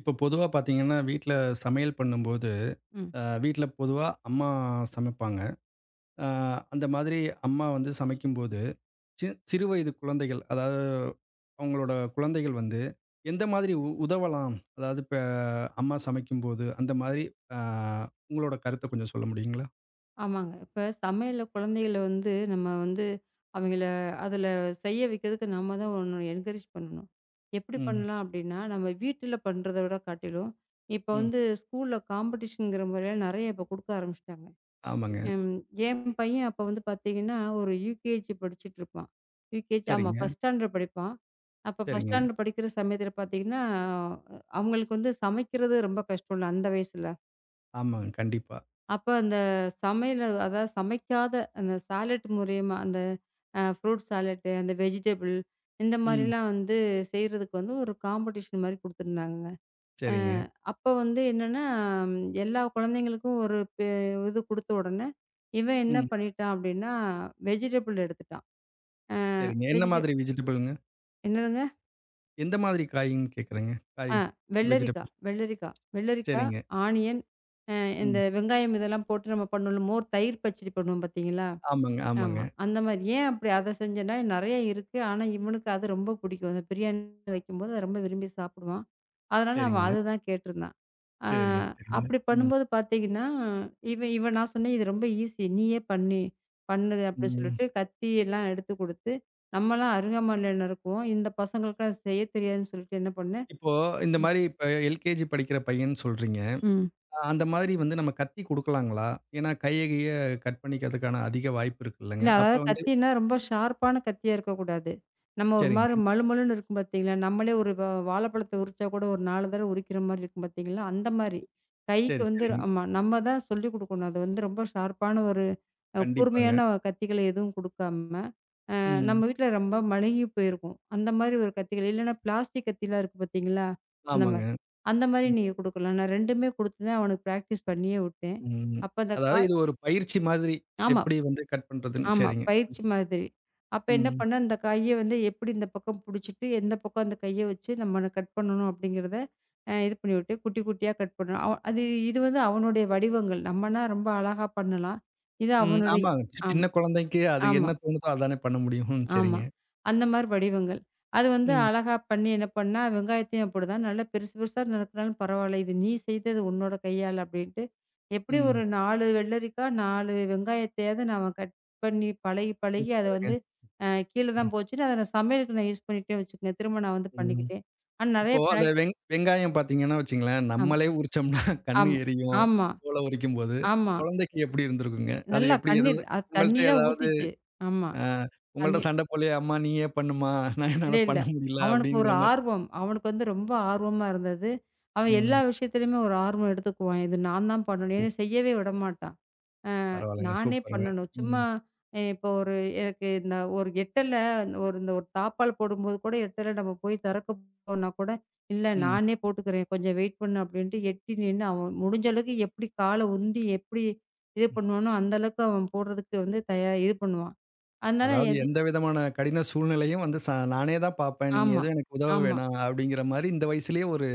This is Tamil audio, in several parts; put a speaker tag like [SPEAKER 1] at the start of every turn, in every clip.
[SPEAKER 1] இப்போ பொதுவா பார்த்தீங்கன்னா, வீட்ல சமையல் பண்ணும்போது,
[SPEAKER 2] ம்.
[SPEAKER 1] வீட்ல பொதுவா அம்மா சமைப்பாங்க. அ அந்த மாதிரி அம்மா வந்து சமைக்கும்போது, சி சிறு வயது குழந்தைகள், அதாவது அவங்களோட குழந்தைகள் வந்து எந்த மாதிரி உதவலாம்? அதாவது இப்ப அம்மா சமைக்கும்போது, அந்த மாதிரி அ உங்களோட கருத்த கொஞ்சம் சொல்ல முடியுங்களா?
[SPEAKER 2] ஆமாங்க. இப்ப சமையல்ல குழந்தைகள வந்து நம்ம வந்து அவங்கள அதில செய்ய வைக்கிறதுக்கு நம்ம தான் ஒண்ணு என்கரேஜ் பண்ணணும். எப்படி
[SPEAKER 1] ம்,
[SPEAKER 2] பண்ணலாம் அப்படின்னா, நம்ம வீட்டில பண்றத விட காட்டிலும், இப்ப
[SPEAKER 1] ம்.
[SPEAKER 2] வந்து ஸ்கூல்ல காம்படிஷன்ங்கிற முறையில நெறைய இப்ப குடுக்க ஆரம்பிச்சுட்டாங்க.
[SPEAKER 1] ஆமாங்க.
[SPEAKER 2] ம் என் பையன் அப்ப வந்து பார்த்தீங்கன்னா, ஒரு யூகேஜி படிச்சுட்டு இருப்பான். யூகேஜி ஆமா
[SPEAKER 1] சரிங்க,
[SPEAKER 2] 1 ஸ்டாண்டர்ட் படிப்பான். அப்ப 1
[SPEAKER 1] சரிங்க.
[SPEAKER 2] ஸ்டாண்டர்ட் படிக்கிற சமயத்தில பார்த்தீங்கன்னா, அவங்களுக்கு வந்து சமைக்கிறது ரொம்ப கஷ்டம்ல அந்த வயசுல.
[SPEAKER 1] ஆமாங்க. கண்டிப்பா.
[SPEAKER 2] அப்ப அந்த சமையல் அதாவது சமைக்காத அந்த சாலட் மூலியமா, அந்த ஃப்ரூட் சாலட்டு, அந்த வெஜிடபிள் இந்த
[SPEAKER 1] ம்.
[SPEAKER 2] மாரிலாம் வந்து செய்றதுக்கு வந்து ஒரு காம்படிஷன் மாரி குடுத்துருந்தாங்கங்க. அ
[SPEAKER 1] சரிங்க.
[SPEAKER 2] அப்ப வந்து என்னன்னா, ம், எல்லா குழந்தைங்களுக்கும் ஒரு இது குடுத்த உடனே, இவன் என்ன
[SPEAKER 1] ம்.
[SPEAKER 2] பண்ணிட்டான் அப்டின்னா, வெஜிடபிள் எடுத்துட்டான். அ
[SPEAKER 1] சரிங்க. என்ன
[SPEAKER 2] வெஜிட
[SPEAKER 1] மாதிரி வெஜிடபிள்ங்க?
[SPEAKER 2] என்னதுங்க?
[SPEAKER 1] எந்த மாதிரி காய்ன்னு கேட்குறேங்க? காய்,
[SPEAKER 2] ஆ வெள்ளரிக்கா,
[SPEAKER 1] வெஜிடபிள்.
[SPEAKER 2] வெள்ளரிக்கா, வெள்ளரிக்கா,
[SPEAKER 1] சரிங்க.
[SPEAKER 2] ஆனியன், அ இந்த
[SPEAKER 1] ம்.
[SPEAKER 2] வெங்காயம் இதெல்லாம் போட்டு நம்ம பண்ணுவோம்ல, மோர் தயிர் பச்சடி பண்ணுவோம் பார்த்தீங்களா?
[SPEAKER 1] ஆமாங்க, ஆமாங்க.
[SPEAKER 2] ஆமா. அந்த மாரி. ஏன் அப்படி அத செஞ்சேன்னா, நெறைய இருக்கு. ஆனா, இவனுக்கு அது ரொம்ப பிடிக்கும். அந்த பிரியாணி வைக்கும்போது அத ரொம்ப விரும்பி சாப்பிடுவான். அதனால அவன்
[SPEAKER 1] சரிங்க,
[SPEAKER 2] அதுதான் கேட்டிருந்தான். ஆ
[SPEAKER 1] சரிங்க, சரிங்க.
[SPEAKER 2] அப்படி
[SPEAKER 1] ம்,
[SPEAKER 2] பண்ணும்போது பார்த்தீங்கன்னா, இவன் இவன் நான் சொன்னேன், "இது ரொம்ப ஈஸி. நீயே பண்ணு பண்ணு" அப்படின்னு
[SPEAKER 1] ம்.
[SPEAKER 2] சொல்லிட்டு கத்தி எல்லாம் எடுத்து குடுத்து, நம்மலாம் அருகாமையில நறுக்குவோம். இந்த பசங்களுக்குலாம் செய்ய தெரியாதுன்னு சொல்லிட்டு என்ன பண்ணேன்.
[SPEAKER 1] இப்போ இந்த
[SPEAKER 2] ம்.
[SPEAKER 1] மாரி இப்ப எல்கேஜி படிக்கிற பையன்னு சொல்றீங்க.
[SPEAKER 2] ம்.
[SPEAKER 1] அந்த மாதிரி வந்து நம்ம கத்தி குடுக்கலாங்களா? ஏன்னா கைய, கிய கட் பண்ணிக்கிறதுக்கான அதிக வாய்ப்பு
[SPEAKER 2] இல்ல
[SPEAKER 1] இருக்குல்லங்க. அப்ப
[SPEAKER 2] அதாவது
[SPEAKER 1] வந்து
[SPEAKER 2] கத்தின்னா ரொம்ப ஷார்ப்பான கத்தியா இருக்கக்கூடாது. நம்ம ஒரு
[SPEAKER 1] சரிங்க.
[SPEAKER 2] மாரி மழுமழுன்னு இருக்கும் பார்த்தீங்களா? நம்மளே ஒரு வாழைப்பழத்த உரிச்சா கூட ஒரு 4 தடவ உரிக்கிற மாரி இருக்கும் பார்த்தீங்களா? அந்த மாரி. கைக்கு
[SPEAKER 1] சரி,
[SPEAKER 2] வந்து
[SPEAKER 1] சரிங்க.
[SPEAKER 2] ஆமா. நம்ம தான் சொல்லிக் குடுக்கணும். அது வந்து ரொம்ப ஷார்ப்பான ஒரு
[SPEAKER 1] கண்டிப்பாங்க.
[SPEAKER 2] கூர்மையான கத்திகளை எதுவும் குடுக்காம, நம்ம
[SPEAKER 1] ம்.
[SPEAKER 2] வீட்ல ரொம்ப மழுங்கி போயிருக்கும். அந்த மாரி ஒரு கத்திகள் இல்லன்னா பிளாஸ்டிக் கத்திலாம் இருக்கு பார்த்தீங்களா? அந்த
[SPEAKER 1] ஆமாங்க.
[SPEAKER 2] மாரி. அந்த மாரி
[SPEAKER 1] ம்,
[SPEAKER 2] நீங்க குடுக்கலாம். நான் 2மே குடுத்து தான் அவனுக்கு பிராக்டிஸ் பண்ணியே விட்டேன்.
[SPEAKER 1] ம்.
[SPEAKER 2] அப்ப அந்த
[SPEAKER 1] அதாவது
[SPEAKER 2] காய்.
[SPEAKER 1] இது ஒரு பயிற்சி மாதிரி.
[SPEAKER 2] ஆமா.
[SPEAKER 1] எப்படி வந்து கட் பண்றதுன்னு.
[SPEAKER 2] ஆமா.
[SPEAKER 1] சரிங்க.
[SPEAKER 2] பயிற்சி மாதிரி. அப்ப என்ன
[SPEAKER 1] ம்,
[SPEAKER 2] பண்ணேன், அந்த காய வந்து எப்படி இந்த பக்கம் புடிச்சிட்டு, எந்த பக்கம் அந்த கைய வச்சு நம்ம கட் பண்ணணும் அப்படிங்கிறத இது பண்ணிவிட்டு, குட்டி குட்டியா கட் பண்ணணும். அவ அது இது வந்து அவனுடைய வடிவங்கள். நம்மனா ரொம்ப அழகா பண்ணலாம். இது
[SPEAKER 1] ம்.
[SPEAKER 2] அவனுடைய.
[SPEAKER 1] ஆமாங்க. சின்ன
[SPEAKER 2] ஆம்,
[SPEAKER 1] குழந்தைக்கு அது என்ன
[SPEAKER 2] ஆமா.
[SPEAKER 1] தோணுதோ அதானே பண்ண முடியும். ம்,
[SPEAKER 2] ஆமா.
[SPEAKER 1] சரிங்க.
[SPEAKER 2] அந்த மாரி வடிவங்கள். அது வந்து
[SPEAKER 1] ம்,
[SPEAKER 2] அழகா பண்ணி என்ன பண்ணா, வெங்காயத்தையும் அப்படிதான் நல்லா பெருசு பெருசா நறுக்குனாலும் பரவால்ல. இது நீ செய்தது உன்னோட கையால அப்படின்ட்டு, எப்படி ஒரு
[SPEAKER 1] ம்.
[SPEAKER 2] 4 வெள்ளரிக்கா, 4 வெங்காயத்தையாவது நாம கட் பண்ணி பழகி, பழகி அத
[SPEAKER 1] சூப்பருங்க.
[SPEAKER 2] வந்து கீழ தான்
[SPEAKER 1] ம்,
[SPEAKER 2] போச்சுட்டு, அத நான் சமையலுக்கு நான் யூஸ் பண்ணிட்டேன்னு வச்சுக்கங்க. திரும்ப நான் வந்து
[SPEAKER 1] ம்.
[SPEAKER 2] பண்ணிக்கிட்டேன். ஆனா நெறைய
[SPEAKER 1] இப்போ அந்த வெங்காயம் பார்த்தீங்கன்னா வச்சுங்களேன்,
[SPEAKER 2] ஆமா,
[SPEAKER 1] நம்மளே உரிச்சோம்னா கண்ணு
[SPEAKER 2] ஆமா,
[SPEAKER 1] எரியும்,
[SPEAKER 2] ஆமா,
[SPEAKER 1] தோல உரிக்கும்போது.
[SPEAKER 2] ஆமா.
[SPEAKER 1] குழந்தைக்கு எப்படி இருந்திருக்குங்க? அது
[SPEAKER 2] நல்லா
[SPEAKER 1] எப்படி
[SPEAKER 2] கண்ணீர்
[SPEAKER 1] எதுவும்
[SPEAKER 2] அது
[SPEAKER 1] உங்கள்ட்ட
[SPEAKER 2] தண்ணிலாம்
[SPEAKER 1] ஏதாவது
[SPEAKER 2] ஊத்திச்சு. ஆமா.
[SPEAKER 1] அ உங்கள்ட்ட
[SPEAKER 2] தண்ணீ
[SPEAKER 1] சண்ட போடலயா? "அம்மா நீயே பண்ணுமா, நான்
[SPEAKER 2] இல்ல,
[SPEAKER 1] என்னால
[SPEAKER 2] இல்ல.
[SPEAKER 1] பண்ண முடியல"
[SPEAKER 2] அவனுக்கு ஒரு
[SPEAKER 1] அப்படிங்கிற மாரி?
[SPEAKER 2] ஆர்வம். அவனுக்கு வந்து ரொம்ப ஆர்வமா இருந்தது. அவன் எல்லா
[SPEAKER 1] ம்.
[SPEAKER 2] விஷயத்துலயுமே ஒரு ஆர்வம் எடுத்துக்குவான். இது நான் தான் பண்ணணும்.
[SPEAKER 1] சூப்
[SPEAKER 2] என்னைய செய்யவே விடமாட்டான். அ
[SPEAKER 1] பரவால்லங்க.
[SPEAKER 2] நானே
[SPEAKER 1] சூப்பருங்க.
[SPEAKER 2] பண்ணணும். சும்மா.
[SPEAKER 1] ம்.
[SPEAKER 2] இப்போ ஒரு எனக்கு இந்த ஒரு எட்டல ஒரு இந்த ஒரு தாப்பால் போடும்போது கூட எட்டல நம்ம போய் திறக்க போனா கூட, "இல்ல
[SPEAKER 1] ம்.
[SPEAKER 2] நானே போட்டுக்கிறேன். கொஞ்சம் வெயிட் பண்ணு" அப்படின்ட்டு எட்டி நின்னு அவன் முடிஞ்ச அளவுக்கு எப்படி கால உந்தி எப்படி இது பண்ணுவானோ, அந்த அளவுக்கு அவன் போடுறதுக்கு வந்து தயார் இது பண்ணுவான். அதனால
[SPEAKER 1] அதாவது
[SPEAKER 2] எது.
[SPEAKER 1] எந்த விதமான கடின சூழ்நிலையும் வந்து நானே தான் பார்ப்பேன். நீங்க
[SPEAKER 2] ஆமா,
[SPEAKER 1] எதுவும் எனக்கு உதவ
[SPEAKER 2] ஆமா,
[SPEAKER 1] வேணாம் அப்படிங்கிற மாரி இந்த வயசுலயே ஒரு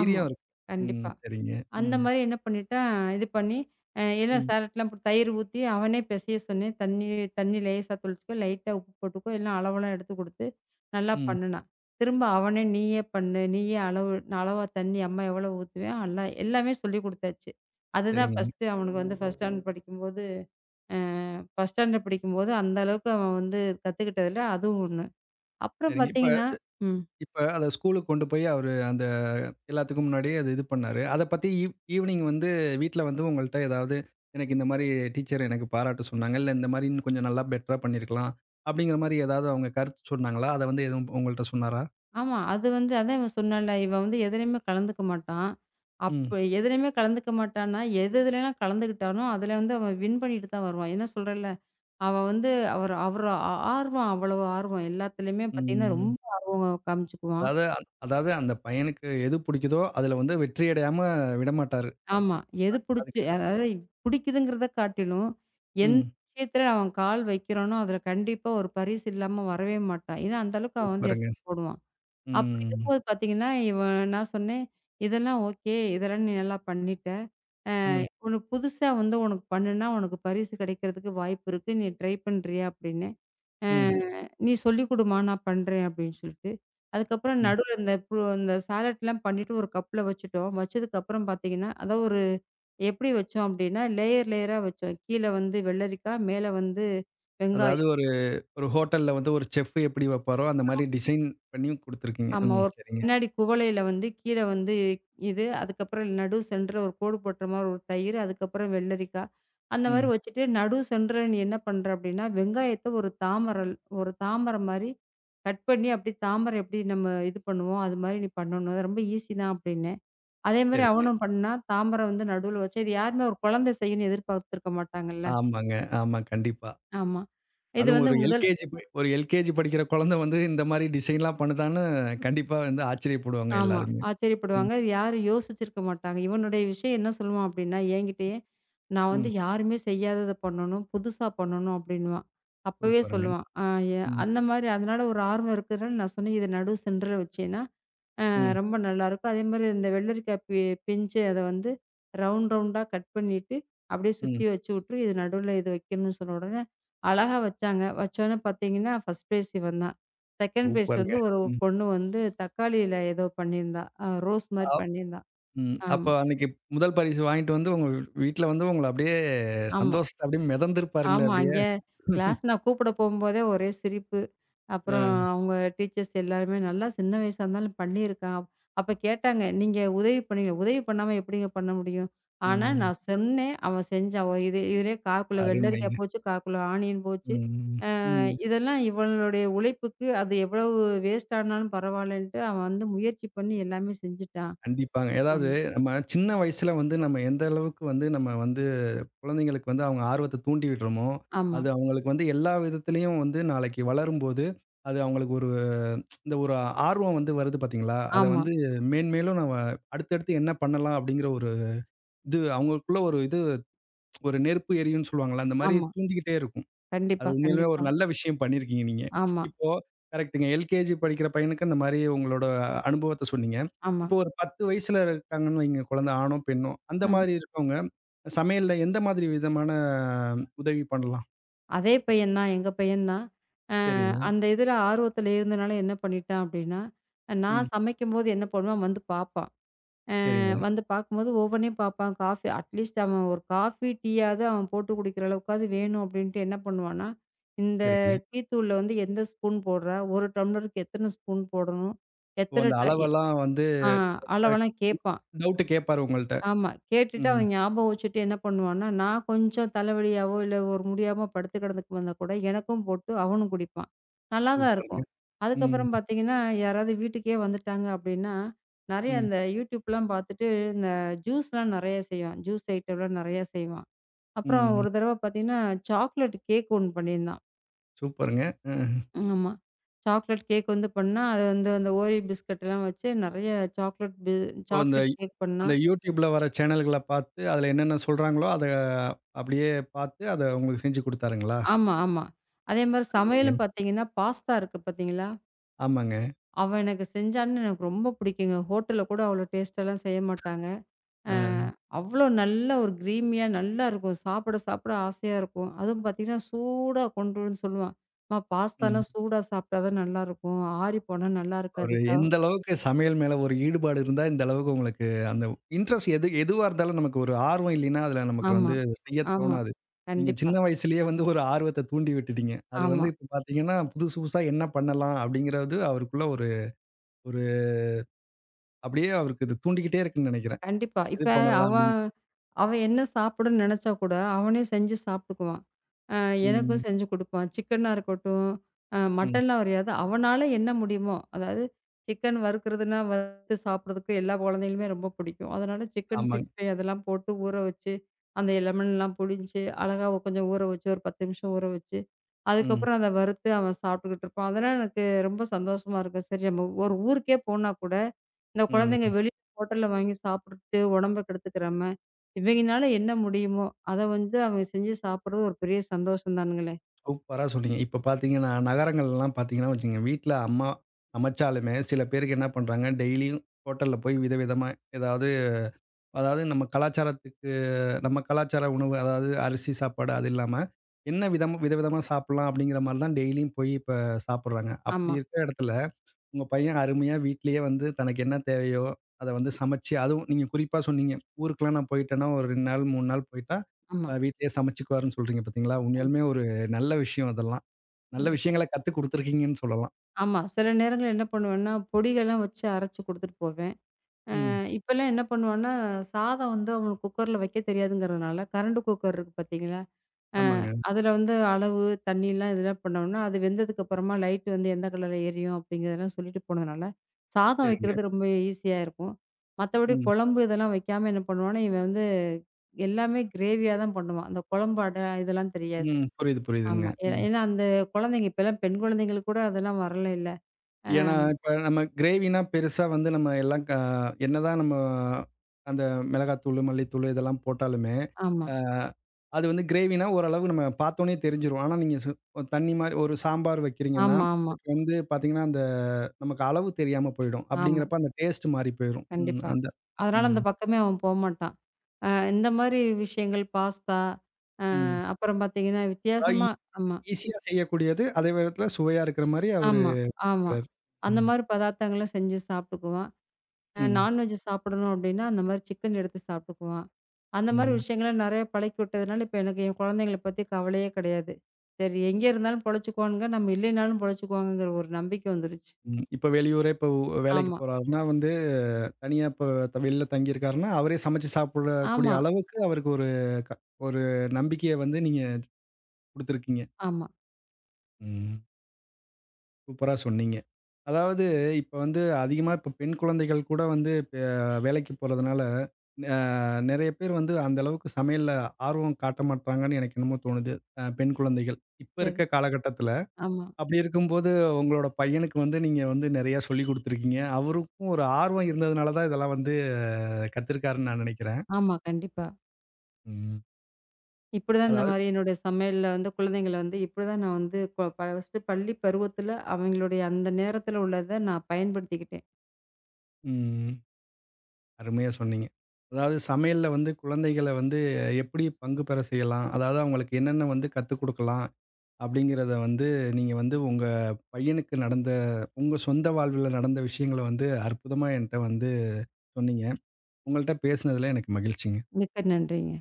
[SPEAKER 2] ஆமா.
[SPEAKER 1] இருக்கு. ம்.
[SPEAKER 2] கண்டிப்பா.
[SPEAKER 1] சரிங்க.
[SPEAKER 2] அந்த
[SPEAKER 1] ம்.
[SPEAKER 2] மாரி என்ன பண்ணிட்டேன், இது பண்ணி எல்லாம்
[SPEAKER 1] ம்.
[SPEAKER 2] சேலட்லாம் போட்டு தயிர் ஊத்தி, அவனே பெசைய சொன்னேன். தண்ணி தண்ணி லேசா தெளிச்சுக்கோ, லைட்டா உப்பு போட்டுக்கோ, எல்லாம் அளவெல்லாம் எடுத்து குடுத்து, நல்லா
[SPEAKER 1] ம்.
[SPEAKER 2] பண்ணுனான். திரும்ப அவனே நீயே பண்ணு, நீயே அளவு அளவா தண்ணி அம்மா எவ்வளோ ஊத்துவேன், எல்லாம் எல்லாமே சொல்லிக் குடுத்தாச்சு. அதுதான்
[SPEAKER 1] சரிங்க.
[SPEAKER 2] ஃபர்ஸ்ட்டு அவனுக்கு வந்து ஃபர்ஸ்ட் ஸ்டாண்டர்ட் படிக்கும்போது அ ஃபர்ஸ்ட் ஸ்டாண்டர்ட் படிக்கும்போது அந்த அளவுக்கு அவன் வந்து கத்துக்கிட்டதுல அதுவும் ஒண்ணு. அப்புறம்
[SPEAKER 1] சரிங்க. இப்ப
[SPEAKER 2] பார்த்தீங்கன்னா. ம்.
[SPEAKER 1] இப்ப அத ஸ்கூலுக்கு கொண்டு போய் அவரு அந்த எல்லாத்துக்கும் முன்னாடியே அது இது பண்ணாரு. அத பத்தி ஈவ்னிங் வந்து வீட்ல வந்து உங்கள்ட்ட ஏதாவது, "எனக்கு இந்த மாரி டீச்சர் எனக்கு பாராட்டு சொன்னாங்க. இல்ல இந்த மாரி இன்னும் கொஞ்சம் நல்லா பெட்டரா பண்ணியிருக்கலாம்." அப்படிங்கிற மாரி ஏதாவது அவங்க கருத்து சொன்னாங்களா? அத வந்து எதுவும் உங்கள்ட்ட சொன்னாரா?
[SPEAKER 2] ஆமா. அது வந்து அதான் இவன் சொன்னான்ல, இவன் வந்து எதுலயுமே கலந்துக்க மாட்டான். அப்ப
[SPEAKER 1] ம்.
[SPEAKER 2] எதுலயுமே கலந்துக்க மாட்டான்னா, எது எதுலலாம் கலந்துக்கிட்டானோ, அதுல வந்து அவன் வின் பண்ணிட்டு தான் வருவான். ஏன்னா சொல்றேன்ல, அவன் வந்து அவர் அவர் ஆ ஆர்வம் அவ்வளவு ஆர்வம். எல்லாத்துலயுமே பார்த்தீங்கன்னா,
[SPEAKER 1] ம்.
[SPEAKER 2] ரொம்ப ஆர்வம் காமிச்சுக்குவான்.
[SPEAKER 1] அதாவது அ அதாவது அந்த பையனுக்கு எது புடிக்குதோ, அதுல வந்து வெற்றி அடையாம விடமாட்டாரு.
[SPEAKER 2] ஆமா. எது புடிச்சு
[SPEAKER 1] அதுக்கு
[SPEAKER 2] அதாவது புடிக்குதுங்கிறத காட்டிலும், எந்த
[SPEAKER 1] ம்.
[SPEAKER 2] விஷயத்துல அவன் கால் வைக்கிறானோ, அதுல கண்டிப்பா ஒரு பரிசு இல்லாம வரவே மாட்டான். ஏன்னா அந்த அளவுக்கு அவன் வந்து
[SPEAKER 1] சூப்பருங்க.
[SPEAKER 2] எஃபோர்ட் போடுவான். அப்படி
[SPEAKER 1] ம்.
[SPEAKER 2] இருக்கும்போது பார்த்தீங்கன்னா, இவன் நான் சொன்னேன், "இதெல்லாம் ஓகே. இதெல்லாம் நீ நல்லா பண்ணிட்ட. அ
[SPEAKER 1] ம்.
[SPEAKER 2] உனக்கு புதுசா வந்து உனக்கு பண்ணுனா, உனக்கு பரிசு கிடைக்கிறதுக்கு வாய்ப்பு இருக்கு. நீ ட்ரை பண்றியா?" அப்படின்னேன். "அ
[SPEAKER 1] ம்.
[SPEAKER 2] நீ சொல்லிக் குடும்மா, நான் பண்றேன்" அப்படின்னு சொல்லிட்டு. அதுக்கப்புறம்
[SPEAKER 1] ம்.
[SPEAKER 2] நடுவுல இந்த இந்த சாலட்லாம் பண்ணிட்டு ஒரு கப்ல வச்சுட்டோம். வச்சதுக்கப்புறம் பார்த்தீங்கன்னா, அதான் ஒரு எப்படி வச்சோம் அப்படின்னா, லேயர் லேயரா வச்சோம். கீழ வந்து வெள்ளரிக்காய், மேல வந்து
[SPEAKER 1] அதாவது
[SPEAKER 2] வெங்காயம்.
[SPEAKER 1] ஒரு ஒரு ஹோட்டல்ல வந்து ஒரு செஃப் எப்படி வைப்பாரோ, அந்த மாரி டிசைன் பண்ணியும் குடுத்துருக்கீங்க.
[SPEAKER 2] ஆமா.
[SPEAKER 1] ம்.
[SPEAKER 2] ஒரு
[SPEAKER 1] சரிங்க.
[SPEAKER 2] கண்ணாடி குவளையில வந்து கீழ வந்து இது, அதுக்கப்புறம் நடு சென்டர்ல ஒரு கோடு போட்ற மாரி ஒரு தயிர், அதுக்கப்புறம் வெள்ளரிக்கா. அந்த மாரி
[SPEAKER 1] ம்.
[SPEAKER 2] வச்சுட்டு நடு சென்டர்ல நீ என்ன பண்ற அப்படின்னா, வெங்காயத்த ஒரு ஒரு தாமர மாரி கட் பண்ணி அப்படியே தாமர எப்படி நம்ம இது பண்ணுவோம், அது மாரி நீ பண்ணணும். அது ரொம்ப ஈஸி தான் அப்படின்னேன். அதே மாரி
[SPEAKER 1] சரிங்க.
[SPEAKER 2] அவனும் பண்ணா, தாமர வந்து நடுவுல வச்சு, இது யாருமே ஒரு குழந்தை செய்யும்ன்னு எதிர்பார்த்துருக்க மாட்டாங்கல்ல.
[SPEAKER 1] ஆமாங்க. ஆமா. கண்டிப்பா.
[SPEAKER 2] ஆமா. இது
[SPEAKER 1] அதுவும்
[SPEAKER 2] வந்து
[SPEAKER 1] ஒரு
[SPEAKER 2] முதல்.
[SPEAKER 1] எல்கேஜி ப ஒரு எல்கேஜி படிக்கிற குழந்தை வந்து இந்த மாரி டிசைன்லாம் பண்ணுதான்னு கண்டிப்பா வந்து ஆச்சரியப்படுவாங்க
[SPEAKER 2] ஆமா.
[SPEAKER 1] எல்லாருமே. ம்.
[SPEAKER 2] ஆச்சரியப்படுவாங்க. இது யாரும் யோசிச்சிருக்க மாட்டாங்க. இவனுடைய விஷயம் என்ன சொல்லுவான் அப்டின்னா, என்கிட்டயே நான் வந்து
[SPEAKER 1] ம்.
[SPEAKER 2] யாருமே செய்யாதத பண்ணணும், புதுசா பண்ணணும் அப்டின்னுவான். அப்பவே
[SPEAKER 1] சூப்பருங்க.
[SPEAKER 2] சொல்லுவான். அ எ
[SPEAKER 1] ம்.
[SPEAKER 2] அந்த மாரி அதனால ஒரு ஆர்வம் இருக்கிறதுனால நான் சொன்னேன், இத நடு சென்டர்ல வச்சேன்னா,
[SPEAKER 1] ம்.
[SPEAKER 2] ரொம்ப நல்லாயிருக்கும். அதேமாரி இந்த வெள்ளரிக்காய் பிஞ்சு அத வந்து ரவுண்ட் ரவுண்டா கட் பண்ணிட்டு, அப்படியே
[SPEAKER 1] ம்.
[SPEAKER 2] சுத்தி வச்சு விட்ரு. இது நடுவுல இது வைக்கணும்னு சொன்ன உடனே, அழகா வச்சாங்க. வச்சோனே பார்த்தீங்கன்னா, ஃபர்ஸ்ட் பிரைஸ் இவன் தான். செகண்ட் பிரைஸ்
[SPEAKER 1] சூப்பருங்க.
[SPEAKER 2] வந்து ஒரு
[SPEAKER 1] ம்.
[SPEAKER 2] பொண்ணு வந்து தக்காளியில ஏதோ பண்ணியிருந்தா. ரோஸ் மாரி
[SPEAKER 1] அ
[SPEAKER 2] பண்ணியிருந்தா.
[SPEAKER 1] ம். அப்போ
[SPEAKER 2] ஆமா,
[SPEAKER 1] அன்னைக்கு முதல் பரிசு வாங்கிட்டு வந்து உங்க வீட்ல வந்து உங்கள அப்படியே
[SPEAKER 2] ஆமா.
[SPEAKER 1] சந்தோஷத்துல அப்படியே மிதந்திருப்பாருங்களே
[SPEAKER 2] ஆமா.
[SPEAKER 1] அப்படியே.
[SPEAKER 2] அங்க கிளாஸ் நான் கூப்பிட போம்போதே ஒரே சிரிப்பு. அப்புறம்
[SPEAKER 1] அ.
[SPEAKER 2] அவங்க டீச்சர்ஸ் எல்லாருமே நல்லா சின்ன வயசா இருந்தாலும் பண்ணியிருக்கான். அப்ப கேட்டாங்க, "நீங்க உதவி பண்ணீங்க. உதவி பண்ணாம எப்படிங்க பண்ண முடியும்?" ஆனா
[SPEAKER 1] ம்.
[SPEAKER 2] நான் சொன்னேன், அவன் செஞ்சான். இது இதுலயே காக்குள்ள வெள்ளரிக்காய்
[SPEAKER 1] அருமைங்க.
[SPEAKER 2] போச்சு, காக்குள்ள ஆனியன் போச்சு.
[SPEAKER 1] ம்.
[SPEAKER 2] அ
[SPEAKER 1] ம்.
[SPEAKER 2] இதெல்லாம் இவனுடைய உழைப்புக்கு அது எவ்வளவு வேஸ்ட் ஆனாலும் பரவாயில்லன்ட்டு அவன் வந்து முயற்சி பண்ணி எல்லாமே செஞ்சுட்டான்.
[SPEAKER 1] கண்டிப்பாங்க. ஏதாவது
[SPEAKER 2] ஆமா,
[SPEAKER 1] நம்ம சின்ன வயசுல வந்து நம்ம எந்த அளவுக்கு வந்து நம்ம வந்து குழந்தைங்களுக்கு வந்து அவங்க ஆர்வத்த தூண்டி விடுறோமோ,
[SPEAKER 2] ஆமா,
[SPEAKER 1] அது அவங்களுக்கு வந்து எல்லா விதத்திலயும் வந்து நாளைக்கு வளரும்போது, அது அவங்களுக்கு ஒரு இந்த ஒரு ஆர்வம் வந்து வருது பார்த்தீங்களா? அத
[SPEAKER 2] ஆமா,
[SPEAKER 1] வந்து மேன்மேலும் நம்ம அடுத்தடுத்து என்ன பண்ணலாம் அப்படிங்கிற ஒரு இது அவங்களுக்குள்ள ஒரு இது ஒரு நெருப்பு எரியும்ன்னு சொல்லுவாங்கல்ல, அந்த மாரி
[SPEAKER 2] ஆமா.
[SPEAKER 1] தூண்டிக்கிட்டே இருக்கும். அது
[SPEAKER 2] கண்டிப்பா,
[SPEAKER 1] உண்மையிலுமே ஒரு
[SPEAKER 2] கண்டிப்பா.
[SPEAKER 1] நல்ல விஷயம் பண்ணியிருக்கீங்க நீங்க.
[SPEAKER 2] ஆமா,
[SPEAKER 1] இப்போ கரெக்ட்டுங்க. எல்கேஜி படிக்கிற பையனுக்கு அந்த மாரி உங்களோட அனுபவத்த சொன்னீங்க.
[SPEAKER 2] ஆமா.
[SPEAKER 1] இப்போ ஒரு 10 வயசுல இருக்காங்கன்னு வைங்க குழந்தை ஆணோ, பெண்ணோ. அந்த
[SPEAKER 2] அ.
[SPEAKER 1] மாரி இருக்கவங்க, சமையல்ல எந்த மாதிரி விதமான உதவி பண்ணலாம்?
[SPEAKER 2] அதே பையன் தான். எங்க பையன் தான். அ
[SPEAKER 1] சரிங்க.
[SPEAKER 2] அந்த இதுல ஆர்வத்துல இருந்தனால என்ன பண்ணிட்டான் அப்டின்னா,
[SPEAKER 1] ம்.
[SPEAKER 2] நான் சமைக்கும்போது என்ன பண்ணுவான் வந்து பார்ப்பான்.
[SPEAKER 1] சரிங்க,
[SPEAKER 2] வந்து பார்க்கும்போது ஒவ்வொன்னையும் பார்ப்பான். காஃபி அட்லீஸ்ட் அவன் ஒரு காஃபி, டீயாவது அவன் போட்டு குடிக்கிற அளவுக்காவது வேணும் அப்டின்ட்டு என்ன பண்ணுவான்னா, இந்த
[SPEAKER 1] சரிங்க.
[SPEAKER 2] டீ தூள்ல வந்து எந்த ஸ்பூன் போடுறா? ஒரு டம்ளருக்கு எத்தன ஸ்பூன் போடணும்?
[SPEAKER 1] ஓ!
[SPEAKER 2] எத்தன
[SPEAKER 1] அந்த
[SPEAKER 2] ட எ
[SPEAKER 1] அளவெல்லாம் வந்து
[SPEAKER 2] ஆ அளவெல்லாம் கேட்பான்.
[SPEAKER 1] டவுட் கேட்பாரு உங்கள்ட்ட.
[SPEAKER 2] ஆமா. கேட்டுட்டு
[SPEAKER 1] ம்.
[SPEAKER 2] அவன் ஞாபகம் வச்சுட்டு என்ன பண்ணுவான்னா, நான் கொஞ்சம் தலைவலியாவோ, இல்ல ஒரு முடியாம படுத்து கிடந்துக்கு வந்தா கூட எனக்கும் போட்டு அவனும் குடிப்பான். நல்லா தான்
[SPEAKER 1] சூப்பருங்க.
[SPEAKER 2] இருக்கும்.
[SPEAKER 1] ம்,
[SPEAKER 2] அதுக்கப்புறம் பார்த்தீங்கன்னா, யாராவது வீட்டுக்கே வந்துட்டாங்க அப்டின்னா, நெறைய
[SPEAKER 1] ம்,
[SPEAKER 2] அந்த YouTubeலாம் பார்த்துட்டு இந்த ஜூஸ்லாம் நெறைய செய்வான். ஜூஸ் ஐட்டம்லாம் நெறையா செய்வான். அப்புறம்
[SPEAKER 1] ம், ம்.
[SPEAKER 2] ஒரு தடவ பார்த்தீங்கன்னா, சாக்லேட் கேக் ஒண்ணு பண்ணியிருந்தான்.
[SPEAKER 1] சூப்பருங்க. அ.
[SPEAKER 2] ஆமா. சாக்லேட் கேக் வந்து பண்ணா, அது வந்து அந்த ஓரியோ பிஸ்கட்லாம் வச்சு நெறைய சாக்லேட் பி
[SPEAKER 1] ஓ! அந்த
[SPEAKER 2] சாக்லேட் கேக் பண்ணா.
[SPEAKER 1] அந்த YouTubeல வர சேனல்கள பார்த்து, அதுல என்னென்ன சொல்றாங்களோ, அத அப்படியே பார்த்து, அத உங்களுக்கு செஞ்சு குடுத்தாருங்களா?
[SPEAKER 2] ஆமா, ஆமா. அதே மாரி
[SPEAKER 1] அருமைங்க.
[SPEAKER 2] சமையலும் பார்த்தீங்கன்னா, பாஸ்தா இருக்கு பார்த்தீங்களா?
[SPEAKER 1] ஆமாங்க.
[SPEAKER 2] அவ எனக்கு செஞ்சான்னு எனக்கு ரொம்ப பிடிக்குங்க. ஹோட்டல்ல கூட அவ்வளோ டேஸ்ட்டாலாம் செய்ய மாட்டாங்க. அ
[SPEAKER 1] அ
[SPEAKER 2] அவ்வளோ நல்ல ஒரு கிரீமியா நல்லா இருக்கும். சாப்பிட, சாப்பிட ஆசையா இருக்கும். அதுவும் பார்த்தீங்கன்னா, சூடா கொண்டு வந்து சொல்லுவான். "அம்மா
[SPEAKER 1] ம்.
[SPEAKER 2] பாஸ்தாலாம் சூடா சாப்பிட்டா தான் நல்லாருக்கும். ஆறி போனா நல்லா இருக்காது."
[SPEAKER 1] அவரு எந்த அளவுக்கு சமையல் மேல ஒரு ஈடுபாடு இருந்தா, இந்த அளவுக்கு உங்களுக்கு அந்த இன்ட்ரெஸ்ட் எது எதுவா இருந்தாலும் நமக்கு ஒரு ஆர்வம் இல்லைன்னா, அதுல நமக்கு
[SPEAKER 2] ஆமா,
[SPEAKER 1] வந்து செய்ய
[SPEAKER 2] ஆமா.
[SPEAKER 1] தோணாது. நீங்க
[SPEAKER 2] கண்டிப்பா.
[SPEAKER 1] சின்ன வயசுலயே வந்து ஒரு ஆர்வத்த தூண்டி விட்டுட்டீங்க. அது வந்து
[SPEAKER 2] ஆமா.
[SPEAKER 1] இப்ப பார்த்தீங்கன்னா, புதுசு புதுசா என்ன பண்ணலாம்? அப்படிங்கிறது அவருக்குள்ள ஒரு ஒரு அப்படியே அவருக்கு இது தூண்டிக்கிட்டே இருக்குன்னு நெனைக்கிறேன்.
[SPEAKER 2] கண்டிப்பா.
[SPEAKER 1] எது
[SPEAKER 2] இப்ப
[SPEAKER 1] பண்ணலாம்
[SPEAKER 2] அவ
[SPEAKER 1] அப்படின்னு.
[SPEAKER 2] அவ என்ன சாப்பிடும்ன்னு நெனச்சா கூட, அவனே செஞ்சு சாப்பிட்டுக்குவான். அ எனக்கும்
[SPEAKER 1] ம்.
[SPEAKER 2] செஞ்சு குடுப்பான். சிக்கனா இருக்கட்டும்,
[SPEAKER 1] ம்.
[SPEAKER 2] மட்டன்லாம் வரையாது. அவனால என்ன முடியுமோ, அதாவது சிக்கன் வறுக்கிறதுன்னா வறுத்து சாப்பிடுறதுக்கு எல்லா குழந்தைகளுமே ரொம்ப பிடிக்கும். அதனால சிக்கன்
[SPEAKER 1] ஆமாங்க.
[SPEAKER 2] சிக்ஸ் ஃபை அதெல்லாம் போட்டு ஊற வச்சு, அந்த லெமன்லாம் புழிஞ்சு, அழகா கொஞ்சம் ஊற வச்சு, ஒரு 10 நிமிஷம் ஊற வச்சு,
[SPEAKER 1] ம்.
[SPEAKER 2] அதுக்கப்புறம் அத வறுத்து அவன் சாப்பிட்டுக்கிட்டு இருப்பான். அதெல்லாம் எனக்கு ரொம்ப சந்தோஷமா இருக்கும். சரி நம்ம ஒரு ஊருக்கே போனா கூட, இந்த
[SPEAKER 1] ம்.
[SPEAKER 2] குழந்தைங்க வெளி ஹோட்டல்ல வாங்கி சாப்பிட்டுட்டு உடம்ப கெடுத்துக்கிறாம, இவைங்கனால என்ன முடியுமோ, அத வந்து அவங்க செஞ்சு சாப்பிடுறது ஒரு பெரிய சந்தோஷம் தானுங்களே!
[SPEAKER 1] சூப்பரா சொன்னீங்க. இப்ப பார்த்தீங்கன்னா, நகரங்கள்லாம் பார்த்தீங்கன்னா வச்சுக்கங்க, வீட்ல அம்மா சமைச்சாலுமே சில பேருக்கு என்ன பண்றாங்க, டெய்லியும் ஹோட்டல்ல போய் விதவிதமா ஏதாவது அதாவது நம்ம கலாச்சார உணவு அதாவது அரிசி சாப்பாடு அது இல்லாம, என்ன விதமா விதவிதமா சாப்பிடலாம் அப்படிங்கிற மாரி தான் டெய்லியும் போய் இப்ப சாப்பிடுறாங்க. அப்படி
[SPEAKER 2] ஆமா,
[SPEAKER 1] இருக்கிற இடத்துல உங்க பையன் அருமையா வீட்லயே வந்து தனக்கு என்ன தேவையோ, அத வந்து சமைச்சு அதுவும் நீங்க குறிப்பா சொன்னீங்க, ஊருக்குலாம் நான் போயிட்டேன்னா ஒரு 2 நாள் 3 நாள் போயிட்டா,
[SPEAKER 2] ஆமா.
[SPEAKER 1] வீட்லயே சமைச்சுக்குவாருன்னு சொல்றீங்க பார்த்தீங்களா? உண்மையாலுமே
[SPEAKER 2] கண்டிப்
[SPEAKER 1] ஒரு நல்ல விஷயம் அதெல்லாம். நல்ல
[SPEAKER 2] கண்டிப்பா.
[SPEAKER 1] விஷயங்கள கத்து குடுத்துருக்கீங்கன்னு சொல்லலாம்.
[SPEAKER 2] ஆமா. சில நேரங்கள்ல என்ன பண்ணுவேன்னா, பொடிகள்லாம் வச்சு அரைச்சு குடுத்துட்டு போவேன்.
[SPEAKER 1] ம்.
[SPEAKER 2] இப்பல்லாம் என்ன பண்ணுவேன்னா, சாதம் வந்து அவங்களுக்கு குக்கர்ல வைக்க தெரியாதுங்கிறதுனால, கரண்ட் குக்கர் இருக்கு பார்த்தீங்களா? அ
[SPEAKER 1] ஆமாங்க.
[SPEAKER 2] அதுல வந்து அளவு, தண்ணிலாம் இதெல்லாம் பண்ணோம்னா, அது வெந்ததுக்கு அப்புறமா லைட் வந்து எந்த கலர்ல எரியும் அப்படிங்கிறதெல்லாம் சொல்லிட்டு போனதுனால, சாதம்
[SPEAKER 1] சரிங்க.
[SPEAKER 2] வைக்கிறது ரொம்ப ஈஸியா இருக்கும். மத்தபடி
[SPEAKER 1] ம்.
[SPEAKER 2] குழம்பு இதெல்லாம் வைக்காம என்ன பண்ணுவான்னா, இவன் வந்து எல்லாமே கிரேவியா தான் பண்ணுவான். அந்த குழம்பு அட இதெல்லாம் தெரியாது.
[SPEAKER 1] ம். புரியுது, புரியுதுங்க.
[SPEAKER 2] ஆமா.
[SPEAKER 1] ம்.
[SPEAKER 2] ஏன்னா அந்த குழந்தைங்க இப்பலாம் பெண் குழந்தைங்களுக்கு கூட அதெல்லாம் வரல இல்ல.
[SPEAKER 1] ஏன்னா, இப்ப நம்ம கிரேவினா பெருசா வந்து நம்ம எல்லாம் என்னதான் நம்ம அந்த மிளகாத்தூளு, மல்லித்தூளு இதெல்லாம் போட்டாலுமே,
[SPEAKER 2] ஆமா.
[SPEAKER 1] அ அது வந்து கிரேவினா ஓரளவு நம்ம பார்த்தோனே தெரிஞ்சிரும். ஆனா, நீங்க தண்ணி மாரி ஒரு சாம்பார் வைக்கிறீங்கன்னா,
[SPEAKER 2] ஆமா, ஆமா,
[SPEAKER 1] அதுக்கு வந்து பார்த்தீங்கன்னா, அந்த நமக்கு அளவு தெரியாம போயிடும்.
[SPEAKER 2] ஆமா.
[SPEAKER 1] அப்படிங்கிறப்ப அந்த டேஸ்ட் மாறி போயிரும். ம்.
[SPEAKER 2] கண்டிப்பா.
[SPEAKER 1] அந்த
[SPEAKER 2] அதனால
[SPEAKER 1] ம்.
[SPEAKER 2] அந்த பக்கமே அவன் போமாட்டான். அ இந்த மாரி விஷயங்கள் பாஸ்தா,
[SPEAKER 1] ம்.
[SPEAKER 2] அப்புறம் பார்த்தீங்கன்னா
[SPEAKER 1] அதாவது ஈ
[SPEAKER 2] வித்தியாசமா. ஆமா.
[SPEAKER 1] ஈஸியா செய்யக்கூடியது, அதே நேரத்தில சுவையா இருக்கிற மாரி அவரு
[SPEAKER 2] ஆமா, ஆமா.
[SPEAKER 1] இருக்கிறார்.
[SPEAKER 2] அந்த
[SPEAKER 1] ம்.
[SPEAKER 2] மாரி பதார்த்தங்கள செஞ்சு சாப்பிட்டுக்குவான்.
[SPEAKER 1] ம்.
[SPEAKER 2] நான்வெஜ் சாப்பிடணும் அப்டின்னா, அந்த மாரி சிக்கன் எடுத்து சாப்பிட்டுக்குவான். அந்த மாரி
[SPEAKER 1] ம்.
[SPEAKER 2] விஷயங்கள நெறைய பழக்கி விட்டதுனால, இப்ப எனக்கு என் குழந்தைங்கள பத்தி கவலையே கெடையாது. சரி எங்கே இருந்தாலும் பொழச்சுக்குவானுங்க, நம்ம இல்லைனாலும் பொழச்சுக்குவாங்கங்கிற ஒரு நம்பிக்கை வந்துருச்சு.
[SPEAKER 1] ம். இப்ப வெளியூரே இப்ப வேலைக்கு
[SPEAKER 2] ஆமா,
[SPEAKER 1] போறாருன்னா வந்து, தனியா இப்ப வெளில தங்கியிருக்காருன்னா, அவரே சமைச்சு சாப்பிடக்கூடிய
[SPEAKER 2] ஆமா,
[SPEAKER 1] அளவுக்கு அவருக்கு க ஒரு நம்பிக்கைய வந்து நீங்க குடுத்துருக்கீங்க.
[SPEAKER 2] ஆமா.
[SPEAKER 1] ம். சூப்பரா சொன்னீங்க. அதாவது இப்ப வந்து அதிகமா இப்ப பெண் குழந்தைகள் கூட வந்து இப்ப வேலைக்கு போறதுனால, அ நெறைய பேர் வந்து அந்த அளவுக்கு சமையல்ல ஆர்வம் காட்ட மாட்றாங்கன்னு எனக்கு என்னமோ தோணுது. பெண் குழந்தைகள். இப்ப இருக்க
[SPEAKER 2] சரி.
[SPEAKER 1] காலகட்டத்தில.
[SPEAKER 2] ஆமா,
[SPEAKER 1] அப்படி இருக்கும்போது, உங்களோட பையனுக்கு வந்து நீங்க வந்து நெறையா சொல்லிக் குடுத்துருக்கீங்க. அவருக்கும் ஒரு ஆர்வம் இருந்ததுனால தான் இதெல்லாம் வந்து கத்துருக்காருன்னு நான் நெனைக்கிறேன்.
[SPEAKER 2] ஆமா. கண்டிப்பா.
[SPEAKER 1] ம்.
[SPEAKER 2] இப்டிதான் இந்த
[SPEAKER 1] அதாவது
[SPEAKER 2] மாரி என்னுடைய சமையல்ல வந்து குழந்தைங்கள வந்து இப்டிதான் நான் வந்து கொ ப ஃபர்ஸ்ட்டு பள்ளி பருவத்தில, அவங்களுடைய அந்த நேரத்தில உள்ளத நான் பயன்படுத்திக்கிட்டேன்.
[SPEAKER 1] ம். அருமையா சொன்னீங்க. அதாவது சமையல்ல வந்து குழந்தைகள வந்து எப்படி பங்கு பெற செய்யலாம்? அதாவது அவங்களுக்கு என்னென்ன வந்து கத்துக் குடுக்கலாம்? அப்படிங்கிறத வந்து நீங்க வந்து உங்க பையனுக்கு நடந்த உங்க சொந்த வாழ்வில நடந்த விஷயங்கள வந்து அற்புதமா என்ட்ட வந்து சொன்னீங்க. உங்கள்ட்ட பேசினதுல எனக்கு மகிழ்ச்சிங்க.
[SPEAKER 2] மிக்க நன்றிங்க.